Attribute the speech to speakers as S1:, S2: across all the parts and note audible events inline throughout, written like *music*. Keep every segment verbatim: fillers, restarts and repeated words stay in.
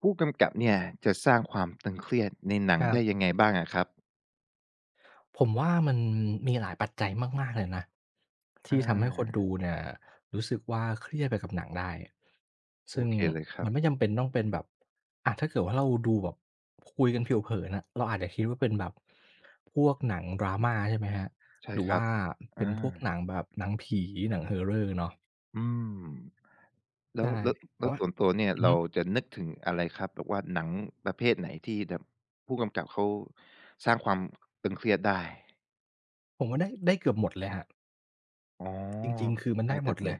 S1: ผู้กำกับเนี่ยจะสร้างความตึงเครียดในหนั
S2: ค
S1: ง
S2: รั
S1: ได้
S2: บ
S1: ยังไงบ้างอะครับ
S2: ผมว่ามันมีหลายปัจจัยมากๆเลยนะ
S1: อ
S2: ที่ทำให้คน
S1: า
S2: ดูเนี่ยรู้สึกว่าเครียดไปกับหนังได้
S1: โอ
S2: ซึ่ง
S1: เคเลยครั
S2: มั
S1: บ
S2: นไม่จำเป็นต้องเป็นแบบอะถ้าเกิดว่าเราดูแบบคุยกันผิวเผินอะเราอาจจะคิดว่าเป็นแบบพวกหนัง drama ใช่ไหมครับ
S1: ใช่
S2: หรือ
S1: ครั
S2: ว่า
S1: บ
S2: เป็
S1: อา
S2: นพวกหนังแบบหนังผีหนัง horror เนาะ
S1: อืมแล้
S2: ใช่
S1: วแล้ว
S2: แต่
S1: แล้ว
S2: ว่า
S1: ส่วนตัวเนี่ย
S2: อือ
S1: เรา
S2: ฮึ
S1: จะนึกถึงอะไรครับแบบว่าหนังประเภทไหนที่แบบผู้กำกับเขาสร้างความตึงเครียดได้
S2: ผมว่าได้ได้เกือบหมดเลยครับ
S1: อ๋อ
S2: จริงๆ คือมัน
S1: ได้
S2: ได้หม
S1: เกือ
S2: ด
S1: บหม
S2: เลย
S1: ด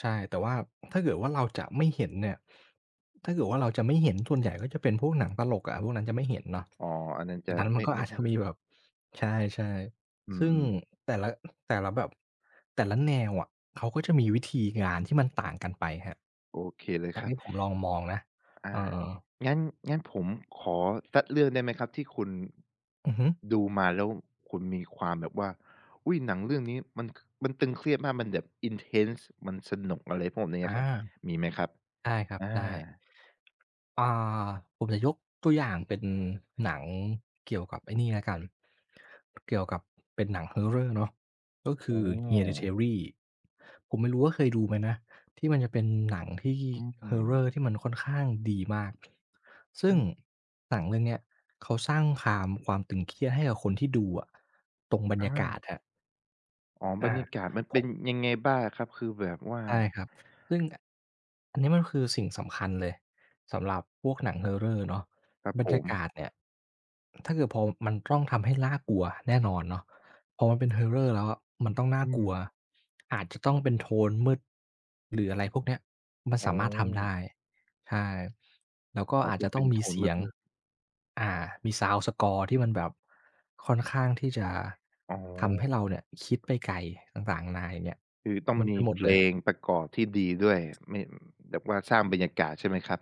S2: ใช่แต่ว่าถ้าเกิดว่าเราจะไม่เห็นเนี่ยถ้าเกิดว่าเราจะไม่เห็นส่วนใหญ่ก็จะเป็นพวกหนังตลกอะพวกนั้นจะไม่เห็นเนาะ
S1: อ๋ออันนั้น
S2: ดั
S1: จะ
S2: งนั้นมัน
S1: ไม่
S2: ก็
S1: ไม่
S2: อาจ
S1: ไม่
S2: จะ
S1: ค่อ
S2: มี
S1: ย
S2: แบบใช่
S1: อื
S2: ๆซึ่ง
S1: ม
S2: แต่ละแต่ละแบบแต่ละแนวอะเขาก็จะมีวิธีงานที่มันต่างกันไปครับ
S1: ๆโอเคเลย
S2: จา
S1: ค
S2: ก
S1: รับ
S2: ที่ผมลองมองนะเอ
S1: อา
S2: อ
S1: งั้นงั้นผมขอสักเรื่องได้ไหมครับที่คุณ
S2: อือฮึ
S1: ดูมาแล้วคุณมีความแบบว่าอุ๊ยหนังเรื่องนี้มันมันตึงเครียดมากมันแบบ intense มันสนุกอะไรพวกนี้อะครับ
S2: อา
S1: มีไหมครับ
S2: ได้ครับ
S1: อา
S2: ได้ อ่าผมจะยกตัวอย่างเป็นหนังเกี่ยวกับไอ้นี่แล้วกัน เกี่ยวกับเป็นหนัง Horror เนาะก็
S1: โอ
S2: คือ
S1: ้
S2: Hereditary ผมไม่รู้ว่าเคยดูไหมนะที่มันจะเป็นหนังที่
S1: อืม
S2: Horror ที่มันค่อนข้างดีมาก ซึ่
S1: มั
S2: ง
S1: น
S2: หนังเรื่องเนี้ยเขาสร้างความความตึงเครียดให้กับคนที่ดูอะตรงบรรยากาศ
S1: อา
S2: ครับ
S1: อ๋อบร
S2: อา
S1: รยากาศมันเป็นยังไงบ้างอะครับคือแบบว่า
S2: ใช่ครับซึ่งอันนี้มันคือสิ่งสำคัญเลยสำหรับพวกหนัง Horror เนาะ
S1: ครับ
S2: บร
S1: ผ
S2: รยา
S1: ม
S2: กาศเนี่ยถ้าเกิดพอมันต้องทำให้น่ากลัวแน่นอนเนาะพอมันเป็น Horror แล้วอะมันต้องน่า
S1: อื
S2: ก
S1: ม
S2: ลัวอาจจะต้องเป็นโทนมืดหรืออะไรพวกเนี้ยมัน
S1: อ๋อ
S2: สามารถทำได้ใช่แล้วก็
S1: อ๋อ
S2: อาจ
S1: ต้อ
S2: จะ
S1: ง
S2: ต้อ
S1: เป็
S2: ง
S1: น
S2: มี
S1: โทน
S2: เสียง
S1: มืดๆ
S2: อ่ามีซาวนด์สกอร์ที่มันแบบค่อนข้างที่จะ
S1: อ๋
S2: ทำให้
S1: อ
S2: เราเนี่ยคิดไปไกลต่างๆนาอย่างเงี้ย
S1: คือต้อง
S2: มัน
S1: มี
S2: เป็นหมด
S1: เพ
S2: เล
S1: ล
S2: ย
S1: งประกอบที่ดีด้วยไม่แบบว่าสร้างบรรยากาศใช่ไหมครับ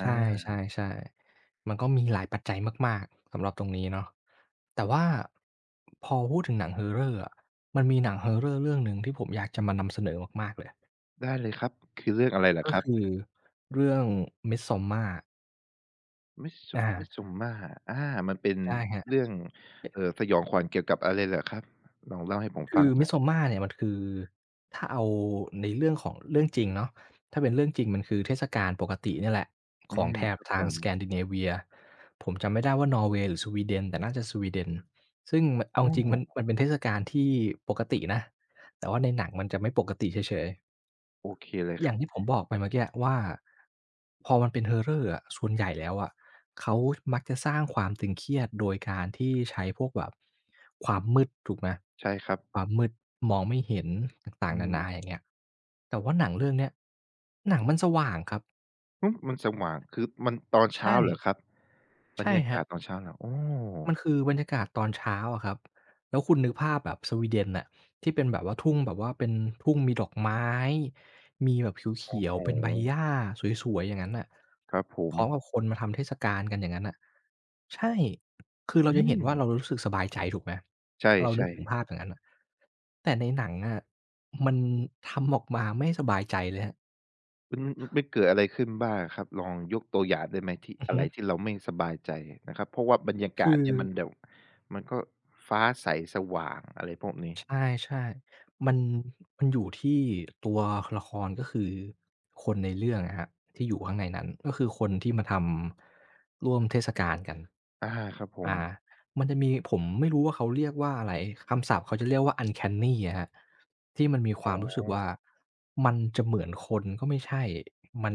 S2: ใช
S1: า
S2: ่ๆๆมันก็มีหลายปัจจัยมากๆสำหรับตรงนี้เนาะแต่ว่าพอพูดถึงหนัง Horror อะมันมีหนัง Horror เรื่องหนึ่งที่ผมอยากจะมานำเสนอมากๆเลย
S1: ได้เลยครับคือเรื่องอะไรเหรอ
S2: ก็
S1: ครับ
S2: คือเรื่อง Midsommar
S1: Midsu
S2: อา
S1: Midsommar อามันเป็น
S2: ใช่ครับ
S1: เรื่องเอ่อสยองขวัญเกี่ยวกับอะไรเหรอครับลองเล่าให้ผม
S2: คื
S1: ฟั
S2: อ
S1: งหน่อย
S2: Midsommar เนี่ยมันคือถ้าเอาในเรื่องของเรื่องจริงเนาะถ้าเป็นเรื่องจริงมันคือเทศกาลปกติเนี่ยแหละ
S1: อื
S2: ของ
S1: ม
S2: แถบ
S1: ครับผ
S2: ทาง
S1: ม
S2: Scandinavia ผมจำไม่ได้ว่านอร์เวย์หรือสวีเดนแต่น่าจะสวีเดนซึ่งมันเอา
S1: อ
S2: จริงๆมัน
S1: อ
S2: มันเป็นเทศกาลที่ปกตินะแต่ว่าในหนังมันจะไม่ปกติเฉยๆ
S1: โอเคเลย
S2: อ
S1: ค
S2: ย่า
S1: รั
S2: ง
S1: บ
S2: ที่ผมบอกไปเมื่อกี้ว่าพอมันเป็น horror อะส่วนใหญ่แล้วอะเขามักจะสร้างความตึงเครียดโดยการที่ใช้พวกแบบความมืดถูกไหม
S1: ใช่ครับ
S2: ความมืดมองไม่เห็นต่าง
S1: อื
S2: ๆนานาอ
S1: ม
S2: ย่างเงี้ยแต่ว่าหนังเรื่องเนี้ยหนังมันสว่างครับ
S1: ฮึมันสว่างคือมันตอนเช้า
S2: ใช่
S1: เหรอครับบร
S2: ใช่
S1: รยา
S2: ครั
S1: กา
S2: บ
S1: ศตอนเช้าเหรอโอ้
S2: มันคือบรรยากาศตอนเช้าอะครับแล้วคุณนึกภาพแบบสวีเดนน่ะที่เป็นแบบว่าทุ่งแบบว่าเป็นทุ่งมีดอกไม้ มีแบบเ
S1: โอ้
S2: ขียว
S1: โฮ
S2: ๆเป็นใบหญ้าสวยๆอย่างนั้นน่ะ
S1: ครับผ
S2: พ
S1: ม
S2: ร้อมกับคนมาทำเทศกาลกันอย่างนั้นน่ะใช่ คือเรา
S1: อื
S2: จะเห็น
S1: ม
S2: ว่าเรารู้สึกสบายใจถูกไหม
S1: ใช
S2: เรานึก
S1: ่
S2: ถึงภา
S1: ๆ
S2: พอย่างนั้นน่ะแต่ในหนังอะมันทำออกมาไม่สบายใจเลยครับ
S1: มันมันไปเกิดอะไรขึ้นบ้างครับลองยกตัวอย่างได้ไหมที่
S2: อือ
S1: อะ
S2: ฮึ
S1: ไรที่เราไม่สบายใจนะครับเพราะว่าบรรยากา
S2: คื
S1: ศ
S2: อ
S1: เนี่ยมันแบบมันก็ฟ้าใสสว่างอะไรพวกนี้
S2: ใช่ๆมันมันอยู่ที่ตัวละครก็คือคนในเรื่องอะครับที่อยู่ข้างในนั้นก็คือคนที่มาทำร่วมเทศกาลกัน
S1: อาครับผม
S2: อ่ามันจะมีผมไม่รู้ว่าเขาเรียกว่าอะไรคำศัพท์เขาจะเรียกว่า uncanny อะครับที่มันมีค
S1: อ๋อ
S2: วามรู้สึกว่ามันจะเหมือนคนก็ไม่ใช่มัน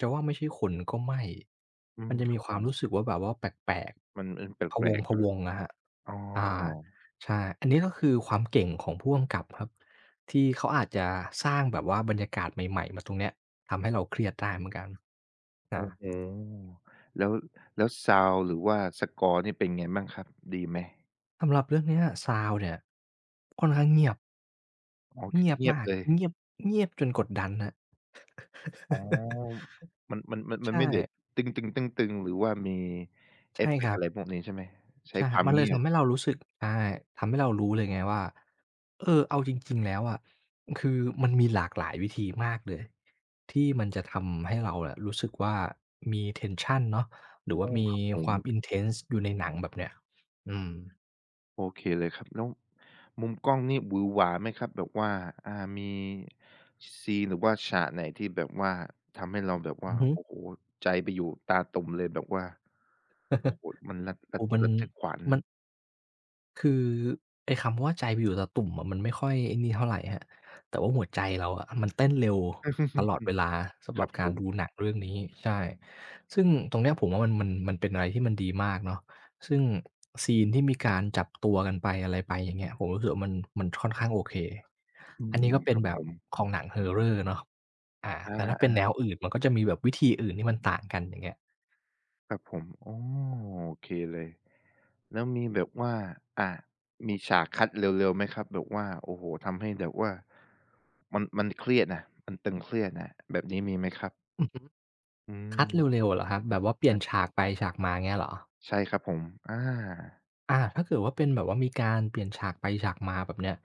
S2: จะว่าไม่ใช่คนก็ไม่
S1: อื
S2: มั
S1: ม
S2: นจะ
S1: ค
S2: มี
S1: รับ
S2: ค
S1: ผ
S2: วาม
S1: ม
S2: รู้สึกว่าแบบว่าแปลก
S1: มันมัน
S2: ๆพะ
S1: แปลกๆเนาะ
S2: วงๆอะครับ
S1: อ๋อ
S2: อา ใช่อันนี้ก็คือความเก่งของผู้กำกับครับที่เขาอาจจะสร้างแบบว่าบรรยากาศใหม่ๆมาตรงเนี้ยทำให้เราเครียดได้เหมือนกัน
S1: อื้
S2: อา
S1: อฮือแล้วแล้วซาวนด์หรือว่าสกอร์นี่เป็นไงบ้างครับดีไหม
S2: สำหรับเรื่องเนี้ยซาวด์เนี่ยค่อนข้างเงียบ
S1: อ๋อคือ
S2: เงียบ
S1: เงียบ
S2: มาก
S1: เลย
S2: เงียบเงียบจนกดดันครับ
S1: อ๋อ
S2: *laughs*
S1: มันมันมันมัน
S2: ใช่
S1: ไม่เด็ดตึงๆๆๆหรือว่ามีเอ
S2: ใช่
S1: ฟเฟ
S2: ค
S1: ก
S2: รั
S1: ต์
S2: บ
S1: อะไรพวกนี้ใช่ไหมใช้
S2: ใช่
S1: ค
S2: ครั
S1: วา
S2: บ
S1: ม
S2: มันเลย
S1: เงียบ
S2: ทำให้เรารู้สึกใช่ทำให้เรารู้เลยไงว่า เออเอาจริงๆแล้วอะคือมันมีหลากหลายวิธีมากเลย ที่มันจะทำให้เราอะรู้สึกว่ามี tension เนาะหรือว่า
S1: โอ้
S2: มี
S1: ครับผ
S2: ค
S1: ม
S2: วาม intense อยู่ในหนังแบบเนี้ยอืม
S1: โอเคเลยครับแล้วมุมกล้องนี่หวือหวาไหมครับแบบว่าอ่ามีซีนหรือว่าฉากไหนที่แบบว่าทำให้เราแบบ
S2: อื
S1: ว่า
S2: อฮึ
S1: โอ้โฮใจไปอยู่ตาตุ่มเลยแบบว่าโอ้โฮมันระระ
S2: โอ้มัน
S1: ระทึกขวัญ
S2: มันคือไอ้คำว่าใจไปอยู่ตะตุ่มอะมันไม่ค่อยไอ้นี่เท่าไรครับแต่ว่าหัวใจเราอะมันเต้นเร็วตลอดเว
S1: *laughs*
S2: ลา สำห
S1: ค
S2: รั
S1: รั
S2: บ
S1: บผ
S2: การดูห
S1: ม
S2: นังเรื่องนี้ใช่ซึ่งตรงเนี้ยผมว่ามันมันมันเป็นอะไรที่มันดีมากเนาะซึ่งซีนที่มีการจับตัวกันไปอะไรไปอย่างเงี้ยผมรู้สึกว่ามันมันค่อนข้างโอเค
S1: อื
S2: อันนี้ก็
S1: ม
S2: เป็
S1: ค
S2: น
S1: รับ
S2: แบ
S1: ผ
S2: บ
S1: ม
S2: ของหนัง Horror เนาะอา
S1: อ
S2: แต่ถ้าเป็น
S1: า
S2: แนวอื่น มันก็จะมีแบบวิธีอื่นที่มันต่างกันอย่างเงี้ย
S1: ครับผมอ๋อโอเคเลยแล้วมีแบบว่าอ่ามีฉากคัดเร็วๆไหมครับแบบว่าโอ้โฮทำให้แบบว่ามันมันเครียดน่ะมันตึงเครียดน่ะแบบนี้มีไหมครับ
S2: อือฮึ
S1: อื
S2: คัดเร็
S1: ม
S2: วๆเหรอครับแบบว่าเปลี่
S1: ค
S2: ยน
S1: รับ
S2: ฉากไปฉากมาเงี้ยเหรอ
S1: ใช่ครับผมอา
S2: อาถ้าเกิดว่าเป็นแบบว่ามีการเปลี่ยนฉากไปฉากมาแบบเนี้ย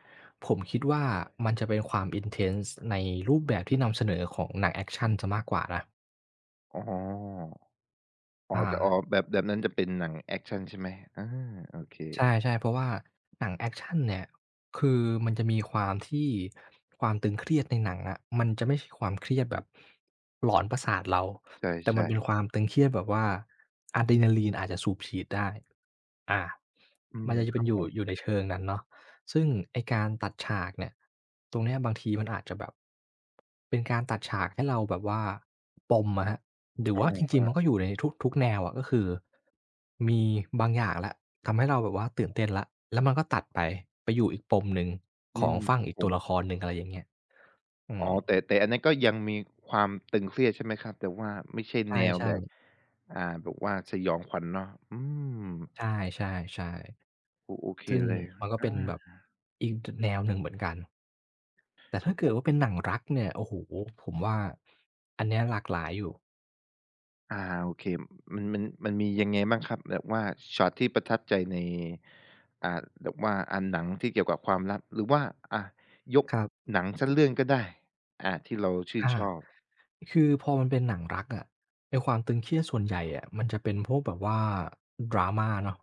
S2: ผมคิดว่ามันจะเป็นความ intense ในรูปแบบที่นำเสนอของหนังแอกชันเสียมากกว่านะ
S1: อ๋ออ๋อ
S2: อา
S1: จะอ๋อแบบแบบนั้นจะเป็นหนังแอกชันใช่ไหมอาโอเค
S2: ใช่ๆเพราะว่าหนังแอกชันเนี่ยคือมันจะมีความที่ความตึงเครียดในหนังอะมันจะไม่ใช่ความเครียดแบบหลอนประสาทเราแต่มัน
S1: ใช่
S2: เป็นความตึงเครียดแบบว่าอะดรีนาลีนอาจจะสูบฉีดได้อา
S1: ๆอื
S2: มั
S1: ม
S2: นจะจะ
S1: ค
S2: เป็
S1: รั
S2: น
S1: บ
S2: อ
S1: ผ
S2: ยู่
S1: ม
S2: อยู่ในเชิงนั้นเนาะซึ่งไอ้การตัดฉากเนี่ยตรงเนี้ยบางทีมันอาจจะแบบเป็นการตัดฉากให้เราแบบว่าปมอะครับหรือ
S1: อ
S2: ว่าจ
S1: า
S2: ริงๆมันก็อยู่ในทุกทุกแนวอะก็คือมีบางอย่างแล้ว ทำให้เราแบบว่าตื่นเต้นแล้วแล้วมันก็ตัดไปไปอยู่อีกปมหนึ่ง
S1: อื
S2: ของ
S1: ม
S2: ฝั่
S1: ค
S2: ง
S1: รับ
S2: อีก
S1: ผ
S2: ตัว
S1: ม
S2: ละครหนึ่งอะไรอย่างเงี้ยอื
S1: อ๋อ
S2: ม
S1: แต่แต่อันนั้นก็ยังมีความตึงเครียดใช่ไหมครับแต่ว่าไม่ใช่แนว
S2: ใช่
S1: แบบ
S2: ๆ
S1: อ่าแบบว่าสยองขวัญเนาะอืม
S2: ใช่ใช่
S1: โอโอเค
S2: ๆซึ่ง
S1: เลย
S2: มันก็เป็นแบบ
S1: อา
S2: อีกดแนวหนึ่งเหมือนกัน แต่
S1: ครั
S2: ถ้า
S1: บผ
S2: เกิดว่า
S1: ม
S2: เป็นหนังรักเนี่ย โอ้โฮผมว่าอันเนี้ยหลากหลายอยู่
S1: อาโอเคมันมันมันมียังไงบ้างครับแบบว่าช็อตที่ประทับใจในอ่าแบบว่าอ่าหนังที่เกี่ยวกับความลับหรือว่าอ่ายก
S2: ครับ
S1: หนังสักเรื่องก็ได้อ่าที่เราชื่น
S2: อา
S1: ชอบ
S2: คือพอมันเป็นหนังรักอะไอ้ความตึงเครียดส่วนใหญ่อะมันจะเป็นพวกแบบว่า drama เนาะ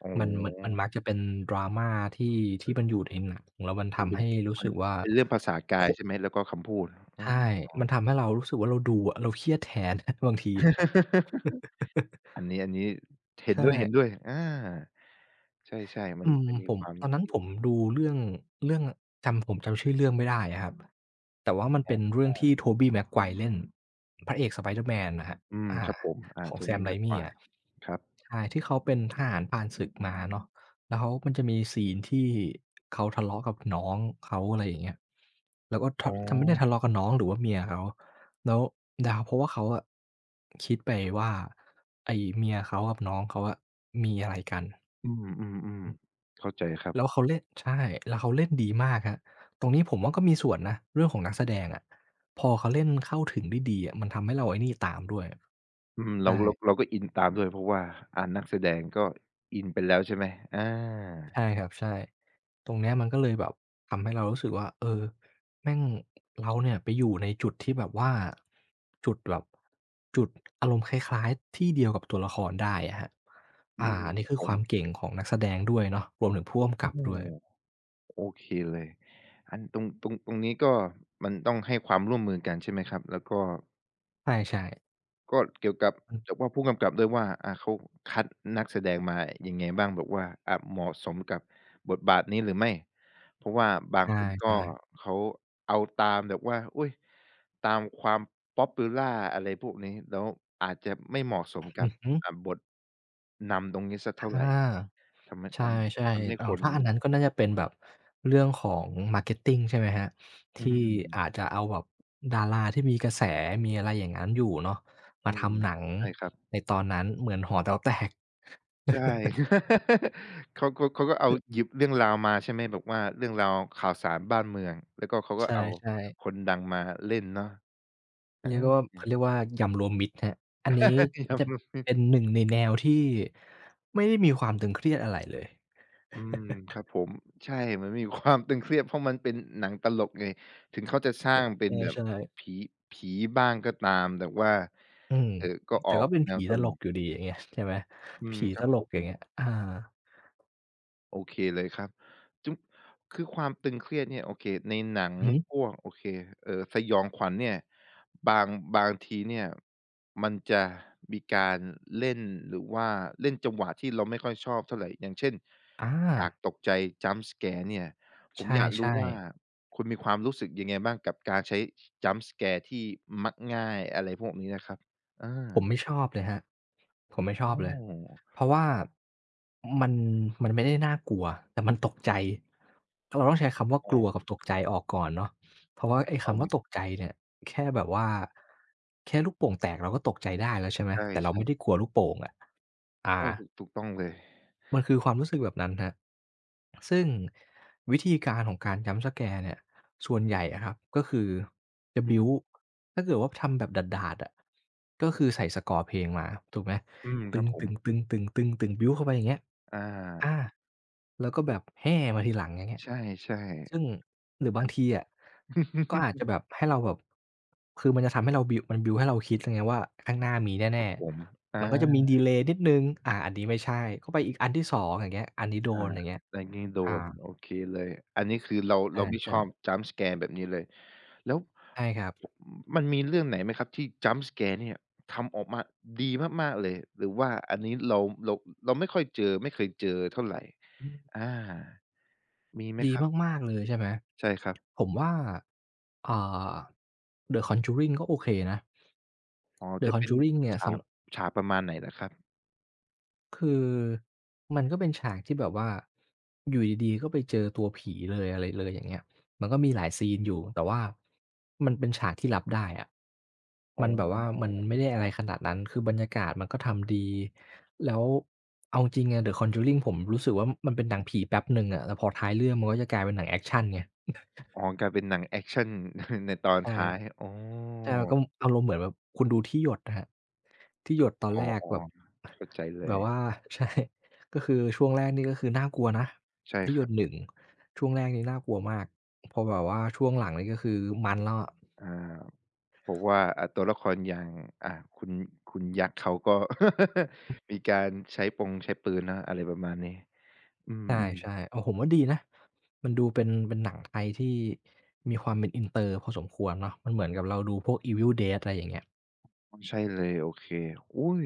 S1: อ๋
S2: มันมันมัน
S1: อ
S2: มักจะเป็น drama ที่
S1: มั
S2: ที่
S1: น
S2: มันอยู่ในหนังแล้วมัน
S1: เป็น
S2: ทำ
S1: เป็น
S2: ให้รู้
S1: มั
S2: สึ
S1: น
S2: กว่า
S1: เป็นเรื่องภาษากาย
S2: โคะ
S1: ใช่ไหมแล้วก็คำพูดอ๋อ
S2: ใช่มันทำให้เรารู้สึกว่าเราดูอะเราเครียดแทน *laughs* บางทีอะ
S1: *laughs*
S2: *laughs*
S1: อันนี้อันนี้เห็น
S2: ใช่
S1: ด้วยเห็นด้วยอาใช่ๆมัน
S2: อืม
S1: มันมี
S2: ผม
S1: ความ
S2: ตอนนั้นผมดูเรื่องเรื่องจำผมจำชื่อเรื่องไม่ได้อะครับแต่ว่ามันเป็นเรื่องที่ Tobey Maguire เล่นพระเอก Spider-Man น่ะครับ
S1: อืม
S2: อา
S1: ครับผมอา
S2: ของ
S1: ตรง
S2: Sam
S1: นี้แบบค
S2: Raimi
S1: วาย
S2: อะ
S1: ครับ
S2: ใช่ที่เขาเป็นทหารผ่านศึกมาเนาะแล้วเขามันจะมีซีนที่เขาทะเลาะกับน้องเขาอะไรอย่างเงี้ยแล้วก็
S1: อ๋
S2: ทะ
S1: อ
S2: จำไม่ได้ทะเลาะกับน้องหรือว่าเมียเขาแล้วดาวเพราะว่าเขาอะคิดไปว่าไอ้เมียเขากับน้องเขาอะมีอะไรกัน
S1: อืมๆๆเข้าใจครับ
S2: แล้วเขาเล่นใช่แล้วเขาเล่นดีมากครับตรงนี้ผมว่าก็มีส่วนนะเรื่องของนักแสดงอะพอเขาเล่นเข้าถึงได้ดีอะมันทำให้เราไอ้นี่ตามด้วย
S1: อืมเรา
S2: ใช่
S1: เราเราก็อินตามด้วยเพราะว่าอ่านักแสดงก็อินไปแล้วใช่ไหมอา
S2: ใช่ครับใช่ตรงเนี้ยมันก็เลยแบบทำให้เรารู้สึกว่าเออแม่งเราเนี่ยไปอยู่ในจุดที่แบบว่าจุดแบบจุดอารมณ์คล้ายๆที่เดียวกับตัวละครได้อะครับ
S1: อื
S2: อ่า
S1: ม
S2: อัน
S1: ค
S2: นี้
S1: รับ
S2: คื
S1: ผ
S2: อความ
S1: ม
S2: เก่งของนักแสดงด้วยเนาะรวมถึงผู้กำ
S1: อื
S2: กับด้วย
S1: มโอเคเลยอันตรงตรงตรงนี้ก็มันต้องให้ความร่วมมือกันใช่ไหมครับแล้วก็
S2: ใช่ๆ
S1: ก็เกี่ยวกับ
S2: อือ
S1: กับว่าผู้กำกับด้วยว่าอ่าเขาคัดนักแสดงมายังไงบ้างแบบว่าอ่าเหมาะสมกับบทบาทนี้หรือไม่เพราะว่าบางคนก็
S2: ใช่
S1: เขาเอาตามแบบว่าอุ๊ยตามความ Popular อะไรพวกนี้แล้วอาจจะไม่เหมาะสม
S2: ๆ
S1: กั
S2: อื
S1: บ
S2: อฮึ
S1: อ่าบทนำตรงนี้สักเท่า
S2: อา
S1: ไรทำให้
S2: ใช
S1: ท
S2: ่
S1: ำทำให้
S2: ๆอ้า
S1: ค
S2: ว
S1: น
S2: ถ้าอันนั้นก็น่าจะเป็นแบบเรื่องของ marketing ใช่ไหมครับ
S1: อื
S2: ที่อาจ
S1: ม
S2: จะเอาแบบดาราที่มีกระแสมีอะไรอย่างงั้นอยู่เนาะ
S1: อื
S2: มา
S1: ม
S2: ทำหนัง
S1: ใช่ครับ
S2: ในตอนนั้นเหมือนหอแต๋วแตก
S1: ใช่
S2: *laughs*
S1: *laughs* เขาเขาเขาก็เอาหยิบเรื่องราวมาใช่ไหมแบบว่าเรื่องราวข่าวสารบ้านเมืองแล้วก็เขาก็เอา
S2: ใช่
S1: ค
S2: ๆ
S1: นดังมาเล่นเนาะอา
S2: เรียกว่าเขาเรีย
S1: *laughs*
S2: กว่ายำรวมมิตรครับอันนี้
S1: ครั
S2: จะ
S1: บ
S2: เป็นหนึ่งในแนวที่ไม่ได้มีความตึงเครียดอะไรเลย
S1: อืมครับผมใช่มันมีความตึงเครียดเพราะมันเป็นหนังตลกไงถึงเขาจะสร้างเป็นแบบ
S2: ใช่ๆ
S1: ผีผีบ้างก็ตามแต่ว่า
S2: อืม
S1: เออก็อ
S2: แต่
S1: อก
S2: ก็เป็น
S1: แนว
S2: ผี
S1: ต
S2: ตล
S1: ล
S2: ก
S1: ก
S2: อยู่ดีอย่างเงี้ยใช่ไหม
S1: อืม
S2: ผี
S1: ค
S2: ต
S1: รับ
S2: ล
S1: ผ
S2: กอย่าง
S1: ม
S2: เงี้ยอา
S1: โอเคเลยครับจุ๊บคือความตึงเครียดเนี่ยโอเคในหนัง
S2: อือฮึ
S1: พวกโอเคเอ่อสยองขวัญเนี่ยบางบางทีเนี่ยมันจะมีการเล่นหรือว่าเล่นจังหวะที่เราไม่ค่อยชอบเท่าไรอย่างเช่น
S2: อา
S1: ฉากตกใจ jump scare เนี่ยผ
S2: ใ
S1: มอยากรู้
S2: ช่
S1: ว่า
S2: ๆ
S1: คุณมีความรู้สึกยังไงบ้างกับการใช้ jump scare ที่มักง่ายอะไรพวกนี้นะครับอ
S2: ผม
S1: า
S2: ไม่ชอบเลยครับผมไม่ช
S1: โอ
S2: อบเลย
S1: ้
S2: เพราะว่ามันมันไม่ได้น่ากลัวแต่มันตกใจ เราต้องใช้คำว่า
S1: อ๋
S2: กลัว
S1: อ
S2: กับตกใจออกก่อนเนาะเพราะว่าไอ้
S1: อ๋อ
S2: คำว่าตกใจเนี่ยแค่แบบว่าแค่ลูกโป่งแตกเราก็ตกใจได้แล้วใช่ไหม
S1: ใช
S2: แต่เรา
S1: ่
S2: ไม่ได้
S1: ๆ
S2: กลัวลูกโป่งอะอา
S1: ใช่ถูกถูกต้องเลย
S2: มันคือความรู้สึกแบบนั้นครับซึ่งวิธีการของการ jump scare เนี่ย ส่วนใหญ่อะครับก็คือจะ
S1: อื
S2: บิล
S1: ม
S2: ด์ถ้าเกิดว่าทำแบบด่าดๆอะก็คือใส่สกอร์เพลงมาถูกไหม
S1: อืมค
S2: ตึ
S1: รั
S2: ง
S1: บผ
S2: ตึ
S1: ม
S2: งตึงตึงตึงตึงบิลด์เข้าไปอย่างเงี้ย
S1: อ
S2: อา
S1: า
S2: แล้วก็แบบแฮ่มาทีหลังอย่างเงี้ย
S1: ใช่
S2: ซึ่ง
S1: ๆ
S2: หรือบางทีอะก็
S1: *laughs*
S2: อาจจะแบบให้เราแบบ คือมันจะทำให้เราบิลด์มันบิลด์ให้เราคิดไงว่าข้างหน้ามี
S1: ครั
S2: แน่
S1: บผมอ
S2: ๆ มันก็จะมี
S1: า
S2: ดีเลย์นิดหนึ่งอาอันนี้ไม่ใช่ก็ไปอีกอันที่สองอย่างเงี้ยอันนี้โดนอย่างเงี้ย
S1: อย่างงี้โด
S2: อา
S1: นโอเคเลยอันนี้คือเรา
S2: ใช่
S1: เราไม่ชอบ
S2: ใช่
S1: jump scare แบบนี้เลยแล้ว
S2: ใช่ครับ
S1: มันมีเรื่องไหนไหมครับที่ jump scare เนี่ยทำออกมาดีมากๆเลยหรือว่าอันนี้เราเราเราไม่ค่อยเจอไม่เคยเจอเท่าไร
S2: อืม
S1: อามีไหม
S2: ดี
S1: ครับ
S2: มากๆเลยใช่ไหม
S1: ใช่ครับ
S2: ผมว่าอ่า The Conjuring ก็โอเคนะ
S1: อ๋อ
S2: The
S1: จะเป็น
S2: Conjuring เนี่ย
S1: ฉาก
S2: สำ
S1: ฉากประมาณไหนเหรอครับ
S2: คือมันก็เป็นฉากที่แบบว่าอยู่ดีๆก็ไปเจอตัวผีเลยอะไรเลยอย่างเงี้ยมันก็มีหลายซีนอยู่แต่ว่ามันเป็นฉากที่รับได้อะ
S1: อ๋
S2: มันแบบว่ามั
S1: อ
S2: นไม่ได้อะไรขนาดนั้นคือบรรยากาศมันก็ทำดีแล้วเอาจริงๆอะ The Conjuring ผมรู้สึกว่ามันเป็นหนังผีแป๊บหนึ่งอะแล้วพอท้ายเรื่องมันก็จะกลายเป็นหนังแอกชันไง
S1: อ๋อกลายเป็นหนังแอกชัน *laughs* ในตอนท้าย
S2: ใช่
S1: อ๋อ
S2: ใช่มันก็อารมณ์เหมือนแบบคุณดูที่หยดอะครับที่หยดตอน
S1: อ๋อ
S2: แรกแบบ
S1: ๆเข้าใจเล
S2: *laughs* แบ
S1: ย
S2: บว่า *laughs* ใช่ก็คือช่วงแรกนี่ก็คือน่ากลัวนะ
S1: ใช่
S2: ที่
S1: ค
S2: หย
S1: รับ
S2: ดหนึ่งช่วงแรกนี่น่ากลัวมากพอแบบว่าช่วงหลังนี่ก็คือมันแล้วอะ
S1: อาเพราะว่าอ่ะตัวละครอย่างอ่าคุณคุณยักษ์เขาก็ *laughs* มีการใช้ปงใช้ปืนนะอะไรประมาณนี้อืม
S2: ใช่ๆโอ้ผมว่าดีนะมันดูเป็นเป็นหนังไทยที่มีความเป็นอินเตอร์พอสมควรเนาะมันเหมือนกับเราดูพวก Evil Dead อะไรอย่างเงี้ย
S1: อ๋อใช่เลยโอเคอุ๊ย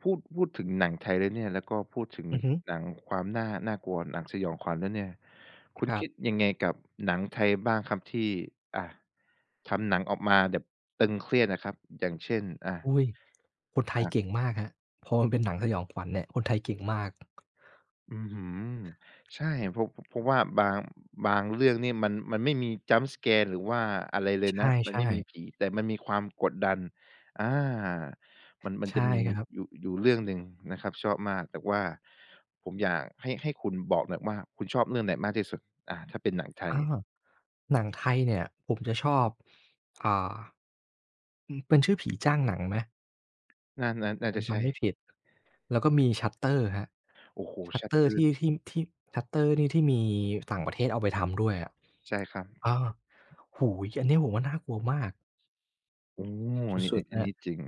S1: พูดพูดถึงหนังไทยแล้วเนี่ยแล้วก็พูดถึง
S2: อือฮึ
S1: หนังความน่าน่ากลัวหนังสยองขวัญแล้วเนี่ยคุ
S2: ค
S1: ณ
S2: รั
S1: คิด
S2: บ
S1: ยังไงกับหนังไทยบ้างครับที่อ่าทำหนังออกมาแบบตึงเครียดอะครับอย่างเช่นอ่า
S2: อุ๊ยคนไทย
S1: อา
S2: เก่งมากครับพอมันเป็นหนังสยองขวัญเนี่ยคนไทยเก่งมาก
S1: อืมใช่เพราะเพราะว่าบางบางเรื่องนี่มันมันไม่มี jump scare หรือว่าอะไรเล
S2: ใ
S1: ยนะมันไม่
S2: ช่
S1: มี
S2: ๆ
S1: ผีแต่มันมีความกดดันอามันมันจะ
S2: ใช่
S1: มี
S2: ครับ
S1: อยู่อยู่เรื่องหนึ่งนะครับชอบมากแต่ว่าผมอยากให้ให้คุณบอกหน่อยว่าคุณชอบเรื่องไหนมากที่สุดอาถ้าเป็นหนังไทย
S2: อาหนังไทยเนี่ยผมจะชอบอ่าอืมเป็นชื่อผีจ้างหนังไหม
S1: น่าน่าน่า
S2: ผม
S1: จะใช่
S2: จำไม่ผิดแล้วก็มี Shutter ครับ
S1: โอ้โฮ
S2: Shutter ที่
S1: ชัตเตอร์
S2: ที่ที่ Shutter นี่ที่มีต่างประเทศเอาไปทำด้วยอะ
S1: ใช่ครับ
S2: อาโอ้โฮอันนี้ผมว่าน่ากลัวมาก
S1: โอ้อันนี้
S2: สุ
S1: อั
S2: ด
S1: น
S2: ๆ
S1: อั
S2: ค
S1: น
S2: รับ
S1: นี้จริง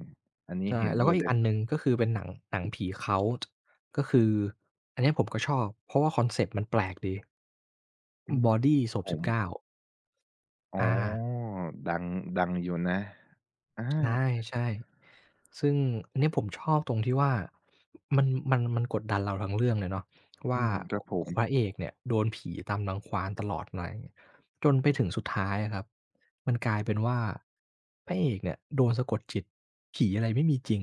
S1: อันนี้
S2: ใช่
S1: เห็น
S2: แล้ว
S1: ด้
S2: ก็
S1: วย
S2: อีก
S1: เลย
S2: อัน
S1: ค
S2: ห
S1: รับ
S2: นึ่งก็คือเป็นหนังหนังผี Cult ก็คืออันเนี้ยผมก็ชอบเพราะว่าคอนเซปต์มันแปลกดี
S1: อื
S2: อืม
S1: ม
S2: บอดี้ศ
S1: ผ
S2: พสิบ
S1: ม
S2: เก้า
S1: อ๋
S2: อา
S1: อดังดังอยู่นะอา
S2: ใช่ๆซึ่งอันเนี้ยผมชอบตรงที่ว่ามันมันมันกดดันเราทั้งเรื่องเลยเนาะ
S1: อื
S2: ว่า
S1: มครับผม
S2: พระเอกเนี่ยโดนผีตามรังควานตลอดมาอย่างเงี้ยจนไปถึงสุดท้ายอะครับมันกลายเป็นว่าพระเอกเนี่ยโดนสะกดจิตผีอะไรไม่มีจริง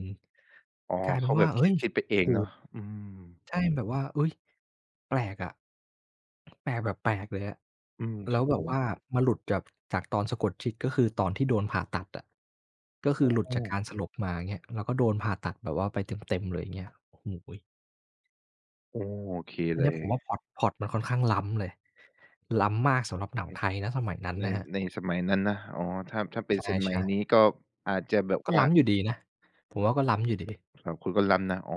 S1: อ๋อ
S2: กลายเป็น
S1: เขาแบ
S2: ว่า
S1: บคิ
S2: เฮ้
S1: ด
S2: ย
S1: คิดไปเองเนาะอืม
S2: ใช่แบบว่าอุ๊ยแปลกอะแปลกแบบแปลกเลยอะ
S1: อืมค
S2: แล้
S1: รั
S2: ว
S1: บ
S2: แบ
S1: ผ
S2: บ
S1: ม
S2: ว่ามาหลุดจากจากตอนสะกดจิตก็คือตอนที่โดนผ่าตัดอะก็คือหลุด
S1: โอ้
S2: จากการสลบมาอย่างเงี้ยแล้วก็โดนผ่าตัดแบบว่าไปเต็มๆเลยอย่างเงี้ยโอ้โฮ
S1: โอ้โอเค
S2: อัน
S1: เล
S2: เนี้ย
S1: ย
S2: ผมว่าพล็อตพล็อตมันค่อนข้างล้ำเลยล้ำมากสำหรับหนังไทยณสมัยนั้น
S1: ใน
S2: นะครับ
S1: ในสมัยนั้นนะอ๋อถ้าถ้าเป็
S2: ใช
S1: นสมัย
S2: ่
S1: นี้ก็อาจจะแบบ
S2: ๆก็
S1: ว่า
S2: ล้ำอยู่ดีนะผมว่าก็ล้ำอยู่ดี
S1: สำหรับคุณก็ล้ำนะอ๋อ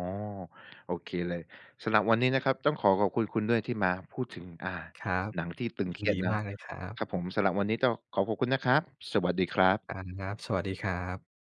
S1: โอเคเลยสำหรับวันนี้นะครับต้องขอขอบคุณคุณด้วยที่มาพูดถึงอ่า
S2: ครับ
S1: หนังที่ตึง
S2: ยิ
S1: เค
S2: น
S1: รีย
S2: ดี
S1: ดนะ
S2: มากเลยครั
S1: ครับ
S2: บ
S1: ผมสำหรับวันนี้ต้องขอขอบคุณนะครับสวัสดีครั
S2: ค
S1: บ
S2: รับสวัสดีครับ